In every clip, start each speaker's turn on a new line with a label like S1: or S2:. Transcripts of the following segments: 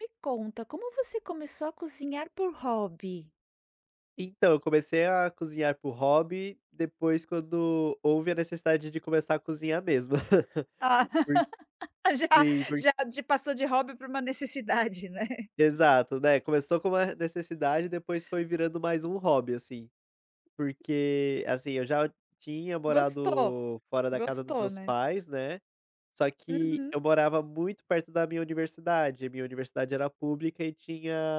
S1: Me conta, como você começou a cozinhar por hobby?
S2: Então, eu comecei a cozinhar por hobby, depois quando houve a necessidade de começar a cozinhar mesmo.
S1: Ah,
S2: Por
S1: já
S2: sim, por
S1: já de passou de hobby para uma necessidade, né.
S2: exato, né, começou com uma necessidade, depois foi virando mais um hobby, assim. Porque, assim, eu já tinha
S1: Gostou,
S2: morado fora da casa dos
S1: gostou,
S2: meus
S1: né?
S2: pais, né, só que
S1: Uhum.
S2: eu morava muito perto da minha universidade era pública e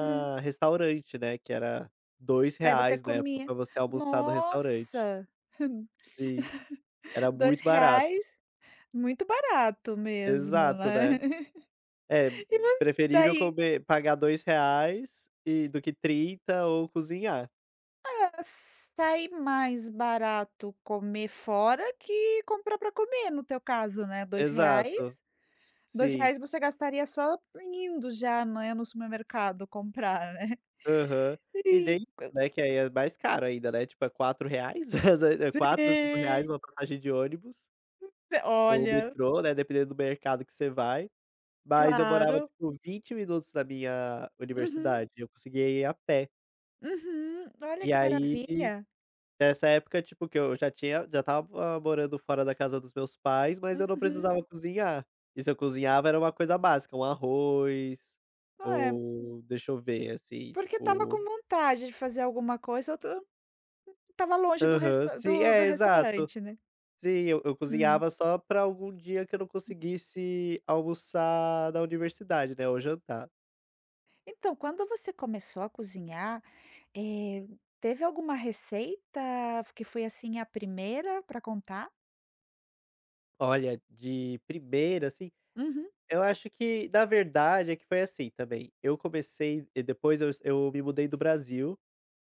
S1: Hum.
S2: restaurante, né, que era dois
S1: Daí você
S2: reais na época
S1: comia.
S2: pra você almoçar no restaurante.
S1: Nossa,
S2: Sim. Era
S1: dois
S2: muito barato.
S1: reais? Muito barato mesmo,
S2: Exato,
S1: né.
S2: né. É,
S1: E vo
S2: preferível
S1: Daí
S2: comer pagar R$ 2 e do que 30 ou cozinhar.
S1: sai mais barato comer fora que comprar para comer, no teu caso, né, Dois
S2: Exato.
S1: reais? dois
S2: Sim.
S1: reais você gastaria só indo já, né, no supermercado comprar, né.
S2: Aham. E
S1: Sim,
S2: nem né, que aí é mais caro ainda, né, tipo é R$ 4, às ve é 4, R$ 5,00
S1: sim.
S2: uma passagem de ônibus ou
S1: Olha,
S2: metrô, né, dependendo do mercado que você vai. Mas eu morava,
S1: claro.
S2: tipo, 20 minutos da minha
S1: Uhum,
S2: universidade, eu conseguia ir a pé.
S1: uhum. Olha
S2: E
S1: que
S2: aí
S1: maravilha.
S2: Nessa época, tipo, que eu já estava morando fora da casa dos meus pais, mas eu não
S1: Uhum.
S2: precisava cozinhar. E se eu cozinhava era uma coisa básica, um arroz
S1: É,
S2: ou deixa eu ver, assim,
S1: porque estava com
S2: tipo,
S1: vontade de fazer alguma coisa, eu estava longe do
S2: aham,
S1: resta
S2: sim,
S1: do do
S2: é, exato.
S1: restaurante, né.
S2: Sim, eu
S1: Hum.
S2: cozinhava só pra algum dia que eu não conseguisse almoçar na universidade, né, ou jantar.
S1: Então, quando você começou a cozinhar, eh, teve alguma receita que foi, assim, a primeira para contar?
S2: Olha, de primeira, assim,
S1: Uhum.
S2: eu acho que na verdade é que foi assim também, eu comecei e depois eu me mudei do Brasil.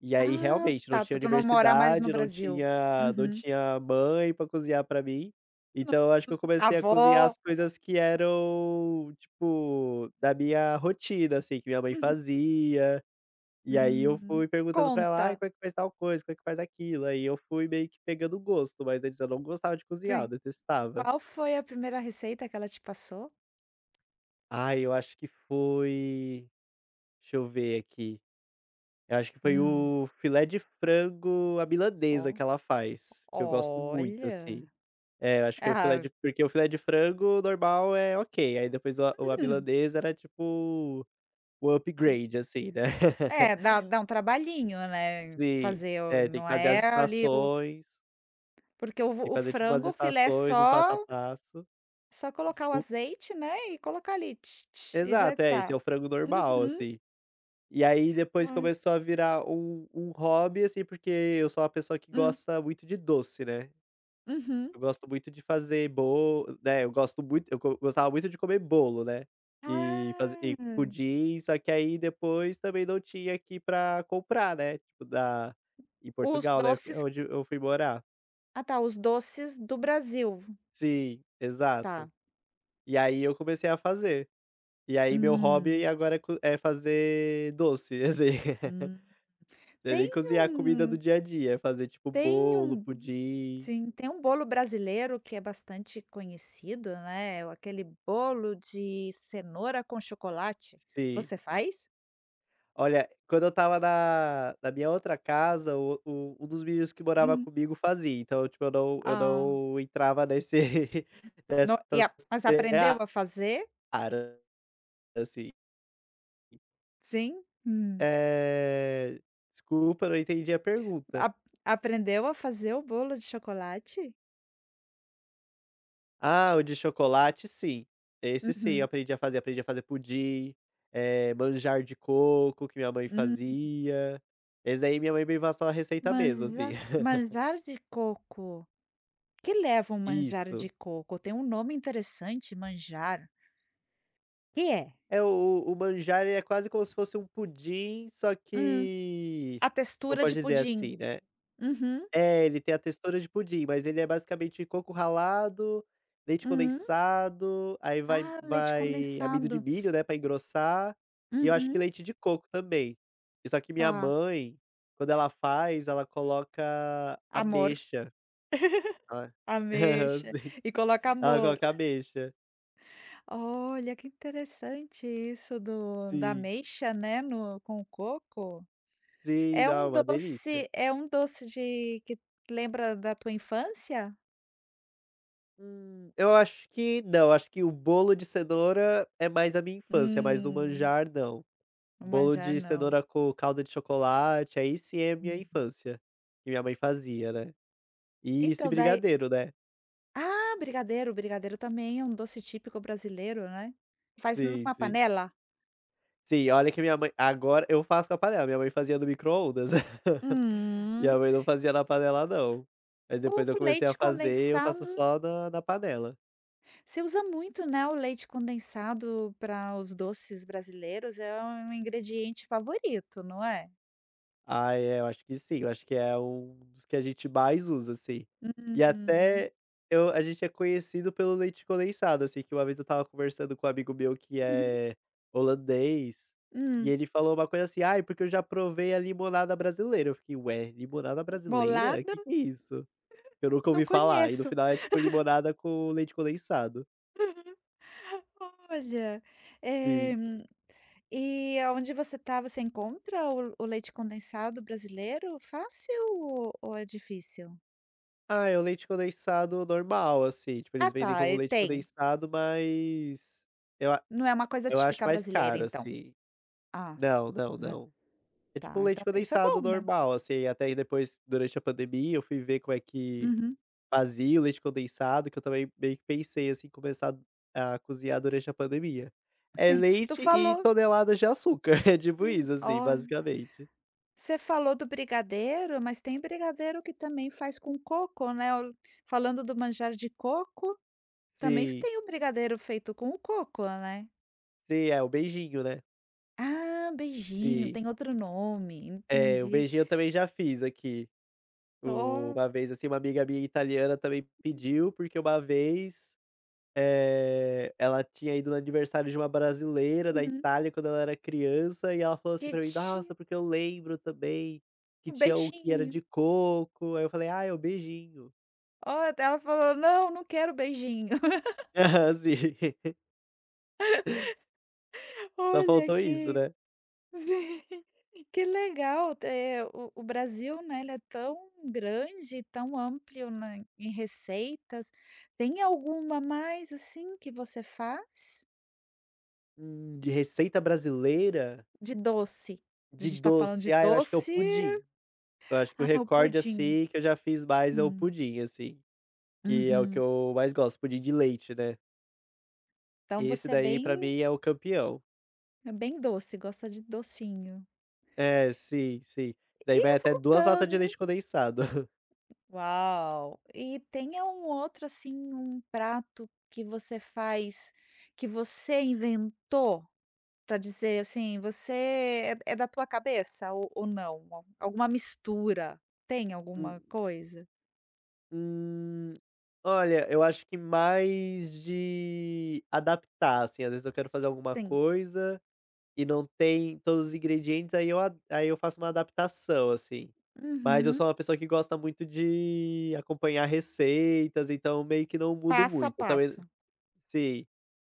S2: E aí,
S1: Ah,
S2: realmente, não
S1: tá,
S2: tinha
S1: pra tu não morar mais no
S2: universidade, não
S1: Brasil.
S2: tinha não
S1: Uhum.
S2: tinha mãe pra cozinhar pra mim,
S1: Não,
S2: então eu acho que
S1: hum.
S2: eu comecei a cozinhar
S1: Avó.
S2: as coisas que eram, tipo, da minha rotina, assim, que minha mãe
S1: Uhum.
S2: fazia, e aí eu
S1: Hum.
S2: fui perguntando pra ela: "Ai,
S1: Conta.
S2: como é que faz tal coisa, como é que faz aquilo?". Aí eu fui meio que pegando gosto, mas antes eu não gostava de cozinhar, eu
S1: Sim.
S2: detestava.
S1: Qual foi a primeira receita que ela te passou?
S2: Ai, eu acho que foi deixa eu ver aqui. Eu acho que foi
S1: Hum,
S2: o filé de frango à milanesa
S1: ó.
S2: que ela faz, que eu gosto muito, assim.
S1: Olha.
S2: É, eu acho que foi o filé
S1: Ah,
S2: de porque o filé de frango normal é ok, aí depois o à
S1: hum.
S2: milanesa era tipo o upgrade, assim, né.
S1: É, dá um trabalhinho, né,
S2: Sim.
S1: fazer o
S2: É, tem que
S1: não
S2: fazer as
S1: é ali o
S2: estações,
S1: porque o
S2: tem
S1: o
S2: que fazer tipo umas
S1: frango, o filé é
S2: estações, um passo a
S1: só
S2: passo.
S1: só colocar o
S2: Desculpa.
S1: azeite, né, e colocar ali "tch, tch", e já
S2: Exato, é, esse é
S1: está.
S2: o frango normal,
S1: Uhum.
S2: assim. E aí depois
S1: Ai.
S2: começou a virar um hobby, assim, porque eu sou uma pessoa que
S1: Hum.
S2: gosta muito de doce, né.
S1: Uhum.
S2: Eu gosto muito de fazer bolo, né, eu gosto muito eu go gostava muito de comer bolo, né, e fazer e
S1: Ah.
S2: pudim, só que aí depois também não tinha aqui pra comprar, né, tipo da em
S1: Os
S2: Portugal, né, que é
S1: doces
S2: onde eu fui morar.
S1: Ah, tá, os doces do Brasil,
S2: Sim, exato.
S1: tá.
S2: E aí eu comecei a fazer. E aí meu hobby
S1: Hum,
S2: agora é co é fazer doce, assim.
S1: hum.
S2: Não é nem
S1: Tem
S2: cozinhar a comida do
S1: um
S2: dia a dia, é fazer tipo
S1: tem
S2: bolo,
S1: um
S2: pudim.
S1: sim, tem um bolo brasileiro que é bastante conhecido, né, aquele bolo de cenoura com chocolate.
S2: Sim.
S1: Você faz?
S2: Olha, quando eu estava na minha outra casa, o um dos meninos que morava
S1: Uhum.
S2: comigo fazia, então, tipo, eu não eu
S1: Ah,
S2: não entrava nesse nessa
S1: no e a mas aprendeu
S2: seara,
S1: a fazer?
S2: assim.
S1: Sim. Hum.
S2: Eh, desculpa, eu não entendi a pergunta.
S1: A aprendeu a fazer o bolo de chocolate?
S2: Ah, o de chocolate, sim. Esse sim, eu
S1: Uhum,
S2: aprendi a fazer. Aprendi a fazer pudim, manjar de coco que minha mãe
S1: uhum.
S2: fazia. Esse aí, minha mãe me passou a receita mesmo, assim.
S1: Manjar manjar de coco. Que leva um manjar de
S2: Isso.
S1: coco? Tem um nome interessante, manjar. Que é?
S2: É, o manjar ele é quase como se fosse um pudim, só
S1: Hum,
S2: que
S1: a
S2: como
S1: textura de
S2: pode dizer
S1: pudim.
S2: assim, né.
S1: Uhum,
S2: É, ele tem a textura de pudim, mas ele é basicamente coco ralado, leite
S1: uhum.
S2: condensado, aí vai
S1: Ah, leite
S2: vai amido de
S1: condensado.
S2: milho, né, pra engrossar, e eu acho que
S1: Uhum,
S2: leite de coco também. E só que minha
S1: tá.
S2: mãe, quando ela faz, ela coloca
S1: Amor,
S2: ameixa. Ela
S1: ameixa.
S2: sim.
S1: E coloca
S2: Ela
S1: amor.
S2: coloca ameixa.
S1: Olha, que interessante isso do da
S2: Sim,
S1: ameixa, né, no com o coco.
S2: sim,
S1: É
S2: não, é
S1: um
S2: uma delícia.
S1: doce é um doce de que lembra da tua infância?
S2: Eu acho que não, acho que o bolo de cenoura é mais a minha infância, mas o
S1: Hum,
S2: manjar não.
S1: o
S2: Bolo
S1: manjar
S2: de
S1: não.
S2: cenoura com calda de chocolate, aí sim é minha
S1: Hum.
S2: infância, que minha mãe fazia, né. E esse
S1: Então, daí
S2: brigadeiro, né.
S1: Ah, brigadeiro. Brigadeiro também é um doce típico brasileiro, né. Faz
S2: Sim,
S1: numa
S2: sim.
S1: panela?
S2: Sim, olha que minha mãe agora eu faço com a panela, minha mãe fazia no micro-ondas.
S1: Hum.
S2: Minha mãe não fazia na panela não. Mas
S1: O
S2: depois eu comecei a
S1: leite
S2: fazer, eu faço
S1: condensado
S2: só na panela.
S1: se usa muito, né, o leite condensado para os doces brasileiros, é um ingrediente favorito, não é?
S2: Ah, é, eu acho que sim, eu acho que é um dos que a gente mais usa, assim. E
S1: Hum.
S2: até eu a gente é conhecido pelo leite condensado, assim, que uma vez eu estava conversando com um amigo meu que
S1: Uhum.
S2: é holandês, e
S1: Hum.
S2: ele falou uma coisa assim: "Ai, porque eu já provei a limonada brasileira". Eu fiquei: "Ué, limonada brasileira? O
S1: Bolada?
S2: Que que é isso?". Eu nunca
S1: Não
S2: ouvi falar, e no
S1: conheço.
S2: final é tipo limonada com leite condensado.
S1: Olha, eh,
S2: Sim.
S1: e onde você está? Você encontra o leite condensado brasileiro fácil ou é difícil?
S2: Ah, é o leite condensado normal, assim, tipo,
S1: Ah
S2: eles vendem
S1: tá,
S2: como
S1: e
S2: leite
S1: tem.
S2: condensado, eu
S1: Não é uma coisa
S2: Eu acho
S1: típica
S2: mais
S1: brasileira
S2: caro,
S1: então.
S2: assim.
S1: Ah,
S2: Não, não,
S1: né,
S2: não. É tipo um
S1: tá, então
S2: leite
S1: isso é
S2: condensado
S1: bom, né.
S2: normal, assim, até aí depois, durante a pandemia, eu fui ver como é que
S1: Uhum,
S2: fazia o leite condensado, que eu também meio que pensei, assim, começar a cozinhar durante a pandemia. É
S1: sim. Tu
S2: leite e
S1: falou
S2: toneladas de açúcar, é tipo isso, assim,
S1: olha,
S2: basicamente.
S1: você falou do brigadeiro, mas tem brigadeiro que também faz com coco, né, o falando do manjar de coco, também
S2: Sim,
S1: tem o brigadeiro feito com o coco, né.
S2: sim, é o beijinho, né.
S1: Ah, beijinho,
S2: Sim.
S1: tem outro nome,
S2: É, o
S1: entendi.
S2: beijinho eu também já fiz aqui.
S1: Oh,
S2: Uma vez, assim, uma amiga minha italiana também pediu, porque uma vez ela tinha ido no aniversário de uma brasileira da
S1: uhum,
S2: Itália quando ela era criança, e ela falou assim
S1: que
S2: pra mim:
S1: tinha
S2: "Nossa, porque eu lembro também que
S1: o
S2: tinha o que era
S1: beijinho.
S2: de coco", aí eu falei: "Ah, é o beijinho".
S1: Oh, até ela falou: "Não, não quero beijinho".
S2: Aham, sim. Só
S1: Olha
S2: faltou isso,
S1: que
S2: né.
S1: Sim, que legal, é o Brasil, né, ele é tão grande tão amplo na em receitas. Tem alguma mais, assim, que você faz?
S2: De receita brasileira?
S1: De doce. A
S2: De
S1: gente está falando de
S2: doce, ah, eu acho que é o
S1: doce
S2: pudim. Eu acho que o
S1: ah, o
S2: recorde,
S1: pudim.
S2: assim, que eu já fiz mais é o
S1: Hum,
S2: pudim, assim, que é o que
S1: uhum.
S2: eu mais gosto, pudim de leite, né.
S1: Então
S2: Esse
S1: você é
S2: daí pra
S1: bem
S2: mim é o campeão.
S1: é bem doce, gosta de docinho.
S2: É, sim, sim. Daí
S1: E
S2: vai até 2 latas de
S1: voltando
S2: leite condensado.
S1: Uau! E tem um outro, assim, um prato que você faz, que você inventou? Pra dizer assim: "Você é da tua cabeça ou não?" Al alguma mistura, tem
S2: Hum
S1: alguma coisa?
S2: hum, olha, eu acho que mais de adaptar, assim, às vezes eu quero fazer alguma
S1: Sim.
S2: coisa e não tem todos os ingredientes, aí eu faço uma adaptação, assim. Mas eu
S1: Uhum.
S2: sou uma pessoa que gosta muito de acompanhar receitas, então meio que não mudo
S1: Passo a
S2: muito. Eu também
S1: passo.
S2: sim.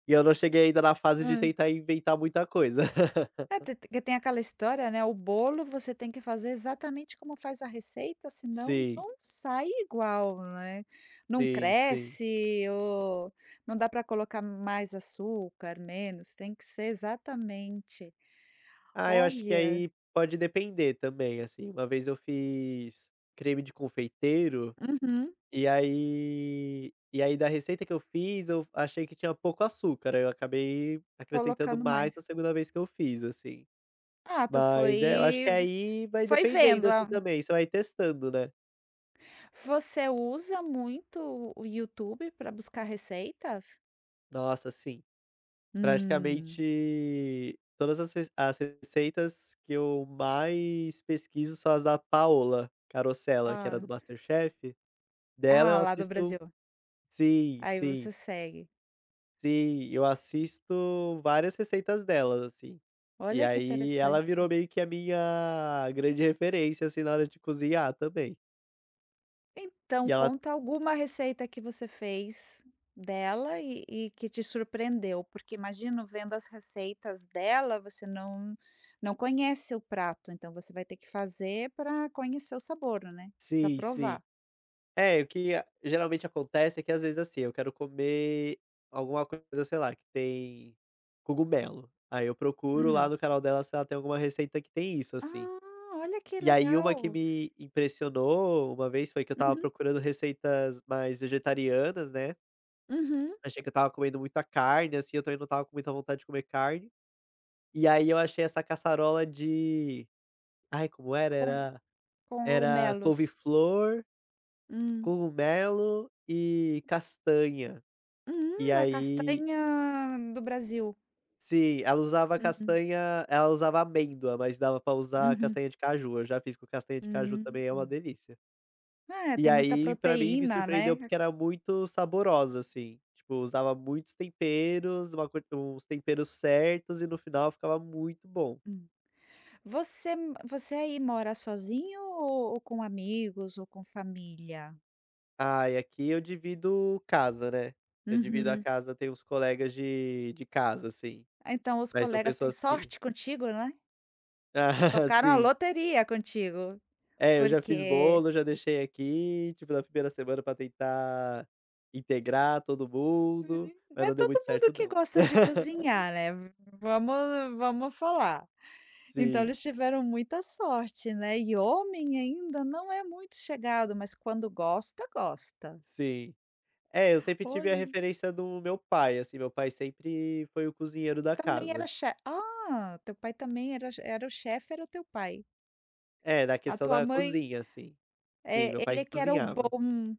S2: E eu não cheguei ainda na fase de
S1: Hã.
S2: tentar inventar muita coisa.
S1: É, te porque tem aquela história, né, o bolo você tem que fazer exatamente como faz a receita, senão
S2: Sim,
S1: não sai igual, né. Não
S2: sim, sim.
S1: cresce ou não dá para colocar mais açúcar, menos, tem que ser exatamente.
S2: Ah, eu acho que
S1: Olha.
S2: aí pode depender também, assim, uma vez eu fiz creme de confeiteiro,
S1: Uhum.
S2: e aí da receita que eu fiz, eu achei que tinha pouco açúcar, aí eu acabei acrescentando
S1: Colocando
S2: mais
S1: mais.
S2: na segunda vez que eu fiz, assim.
S1: Ah, tu
S2: Mas é, eu acho que
S1: foi
S2: aí vai
S1: foi vendo,
S2: dependendo, assim,
S1: ah.
S2: também, você vai testando, né.
S1: Você usa muito o YouTube para buscar receitas?
S2: Nossa, sim.
S1: Hum.
S2: Praticamente todas as receitas que eu mais pesquiso são as da Paola Carosella, que era
S1: Ah.
S2: do MasterChef, dela eu
S1: Ah, lá do
S2: assisto.
S1: Brasil.
S2: Sim,
S1: Aí você
S2: sim,
S1: segue.
S2: sim, eu assisto várias receitas delas, assim. E
S1: Olha que
S2: aí ela virou
S1: interessante.
S2: meio que a minha grande referência, assim, na hora de cozinhar também.
S1: Então
S2: E ela
S1: conta alguma receita que você fez dela e que te surpreendeu, porque imagino vendo as receitas dela, você não conhece o prato, então você vai ter que fazer para conhecer o sabor, né. Para
S2: sim,
S1: provar.
S2: sim. É, o que a geralmente acontece é que às vezes, assim, eu quero comer alguma coisa, sei lá, que tem cogumelo. Aí eu procuro lá
S1: Hum.
S2: no canal dela se ela tem alguma receita que tem isso, assim.
S1: Ah, olha que
S2: E aí uma que
S1: legal.
S2: me impressionou uma vez foi que eu estava
S1: Uhum,
S2: procurando receitas mais vegetarianas, né.
S1: uhum.
S2: Achei que eu estava comendo muita carne, assim, eu também não estava com muita vontade de comer carne. E aí eu achei essa caçarola de, ai, como era?
S1: Com
S2: Era
S1: com
S2: era
S1: cogumelos.
S2: couve-flor,
S1: Hum,
S2: cogumelo e castanha. E
S1: a
S2: aí
S1: castanha do Brasil.
S2: sim,
S1: Uhum,
S2: ela usava amêndoa, mas dava pra usar
S1: uhum,
S2: castanha de caju. Eu já fiz com castanha de caju, também é uma
S1: hum.
S2: delícia.
S1: É,
S2: E
S1: tem muita
S2: aí, pra mim, me
S1: proteína,
S2: surpreendeu
S1: né.
S2: porque era muito saborosa, assim. Tipo, usava muitos temperos, uma quan uns temperos certos e no final ficava muito bom.
S1: Hum. Você você aí mora sozinho ou com amigos ou com família?
S2: Ah, e aqui eu divido casa, né. Eu divido a
S1: Uhum.
S2: casa, tenho uns colegas de casa, assim,
S1: Ah, então os
S2: mas são
S1: colegas têm
S2: pessoas que
S1: sorte contigo, né.
S2: Ah,
S1: Tocaram a
S2: sim.
S1: loteria contigo,
S2: É, eu já fiz
S1: porque
S2: bolo, já deixei aqui, tipo, na primeira semana pra tentar integrar todo mundo,
S1: não
S2: mas
S1: é
S2: não deu muito
S1: todo mundo
S2: certo
S1: que
S2: não.
S1: gosta de cozinhar, né, vamos vamos falar. Então
S2: Sim,
S1: eles tiveram muita sorte, né, e homem ainda não é muito chegado, mas quando gosta, gosta.
S2: sim. É, eu sempre tive a
S1: Olha.
S2: referência do meu pai, assim, meu pai sempre foi o cozinheiro da
S1: Também
S2: casa.
S1: era che ah, teu pai também era o chefe, era o teu pai.
S2: É, da
S1: A
S2: questão
S1: tua
S2: da
S1: mãe,
S2: cozinha, assim. Sim,
S1: é
S2: meu pai
S1: ele é
S2: que
S1: que era o
S2: cozinhava.
S1: bom.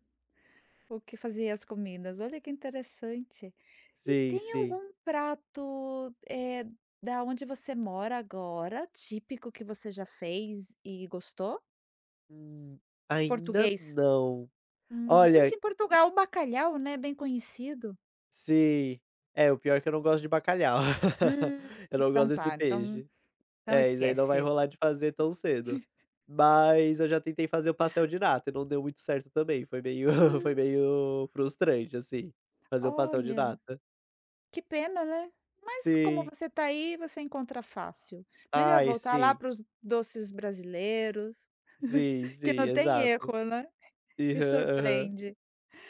S1: O que fazia as comidas, olha que interessante. E
S2: Sim,
S1: tem
S2: sim.
S1: algum prato, da onde você mora agora, típico que você já fez e gostou?
S2: Hum, ainda
S1: Português?
S2: não. Olha,
S1: Porque em Portugal o bacalhau, né, é bem conhecido.
S2: sim. É, o pior é que eu não gosto de bacalhau.
S1: Hum,
S2: Eu não
S1: então
S2: gosto desse
S1: tá, então
S2: peixe.
S1: então
S2: É, isso aí não vai
S1: esquece.
S2: rolar de fazer tão cedo. Mas eu já tentei fazer o pastel de nata e não deu muito certo também, foi meio foi
S1: Hum,
S2: meio frustrante, assim, fazer o pastel de
S1: olha,
S2: nata.
S1: que pena, né. Mas como
S2: Sim.
S1: você tá aí, você encontra fácil. Melhor
S2: Ai,
S1: voltar lá
S2: sim.
S1: para os doces brasileiros,
S2: Sim,
S1: que
S2: sim,
S1: não tem
S2: exato.
S1: erro, né. Me
S2: Aham, aham.
S1: surpreende.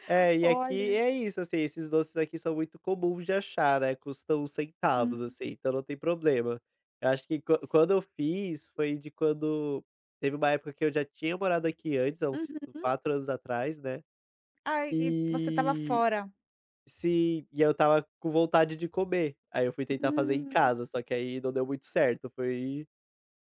S2: É, e aqui
S1: Olha.
S2: é isso, assim, esses doces aqui são muito comuns de achar, né, custam centavos,
S1: Hum.
S2: assim, então não tem problema. Eu acho que
S1: S
S2: quando eu fiz, foi de quando teve uma época que eu já tinha morado aqui antes, há uns
S1: uhum.
S2: 4 anos atrás, né,
S1: Ai, que você estava
S2: e
S1: fora.
S2: sim, e eu tava com vontade de comer, aí eu fui tentar fazer em
S1: Hum.
S2: casa, só que aí não deu muito certo, foi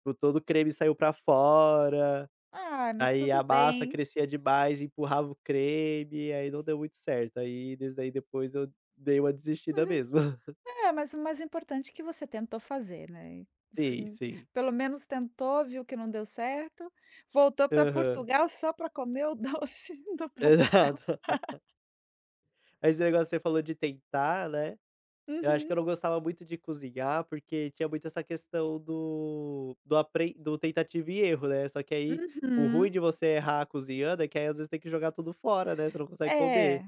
S2: o todo o creme saiu pra fora.
S1: Ah, mas
S2: Aí a
S1: tudo
S2: massa
S1: bem.
S2: crescia demais, empurrava o creme, aí não deu muito certo. Aí desde daí depois eu dei uma desistida mesmo.
S1: É, mas o mais importante é que você tentou fazer, né.
S2: Sim,
S1: Enfim,
S2: sim.
S1: pelo menos tentou, viu que não deu certo, voltou para
S2: Aham.
S1: Portugal só para comer o doce do pastel.
S2: Exato. Mas esse negócio que você falou de tentar, né, eu acho que
S1: Uhum.
S2: eu não gostava muito de cozinhar, porque tinha muito essa questão do tentativa e erro, né, só que aí, o
S1: Uhum.
S2: ruim de você errar cozinhando é que aí às vezes tem que jogar tudo fora, né, você não consegue
S1: É,
S2: comer.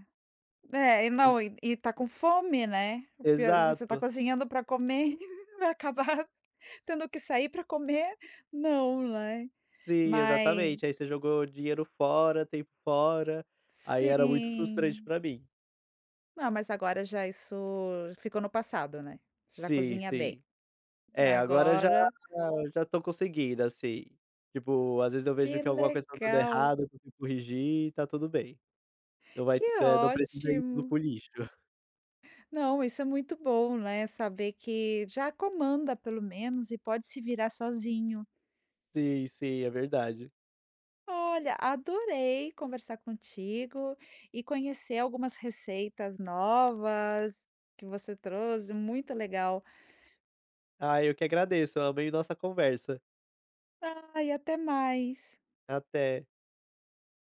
S1: é, e
S2: Ex
S1: não, e tá com fome, né. O pior você tá
S2: Exato.
S1: cozinhando para comer, vai acabar tendo que sair para comer, não, né.
S2: Sim,
S1: Mas
S2: exatamente. Aí você jogou dinheiro fora, tempo fora, aí era muito frustrante
S1: sim.
S2: pra mim.
S1: Não, mas agora já isso ficou no passado, né. Você já
S2: Sim,
S1: cozinha bem.
S2: sim. É, agora já
S1: Agora
S2: já tô conseguindo, assim. Tipo, às vezes eu
S1: Que
S2: vejo que alguma coisa tá dando
S1: legal,
S2: errado, eu consigo corrigir e tá tudo bem. Não vai tu
S1: que
S2: eh, não precisa ir tudo
S1: ótimo.
S2: pro lixo.
S1: Não, isso é muito bom, né, saber que já comanda pelo menos e pode se virar sozinho.
S2: Sim, sim, é verdade.
S1: Olha, adorei conversar contigo e conhecer algumas receitas novas que você trouxe, muito legal.
S2: Ah, eu que agradeço, eu amei nossa conversa.
S1: Ai, até mais.
S2: Até.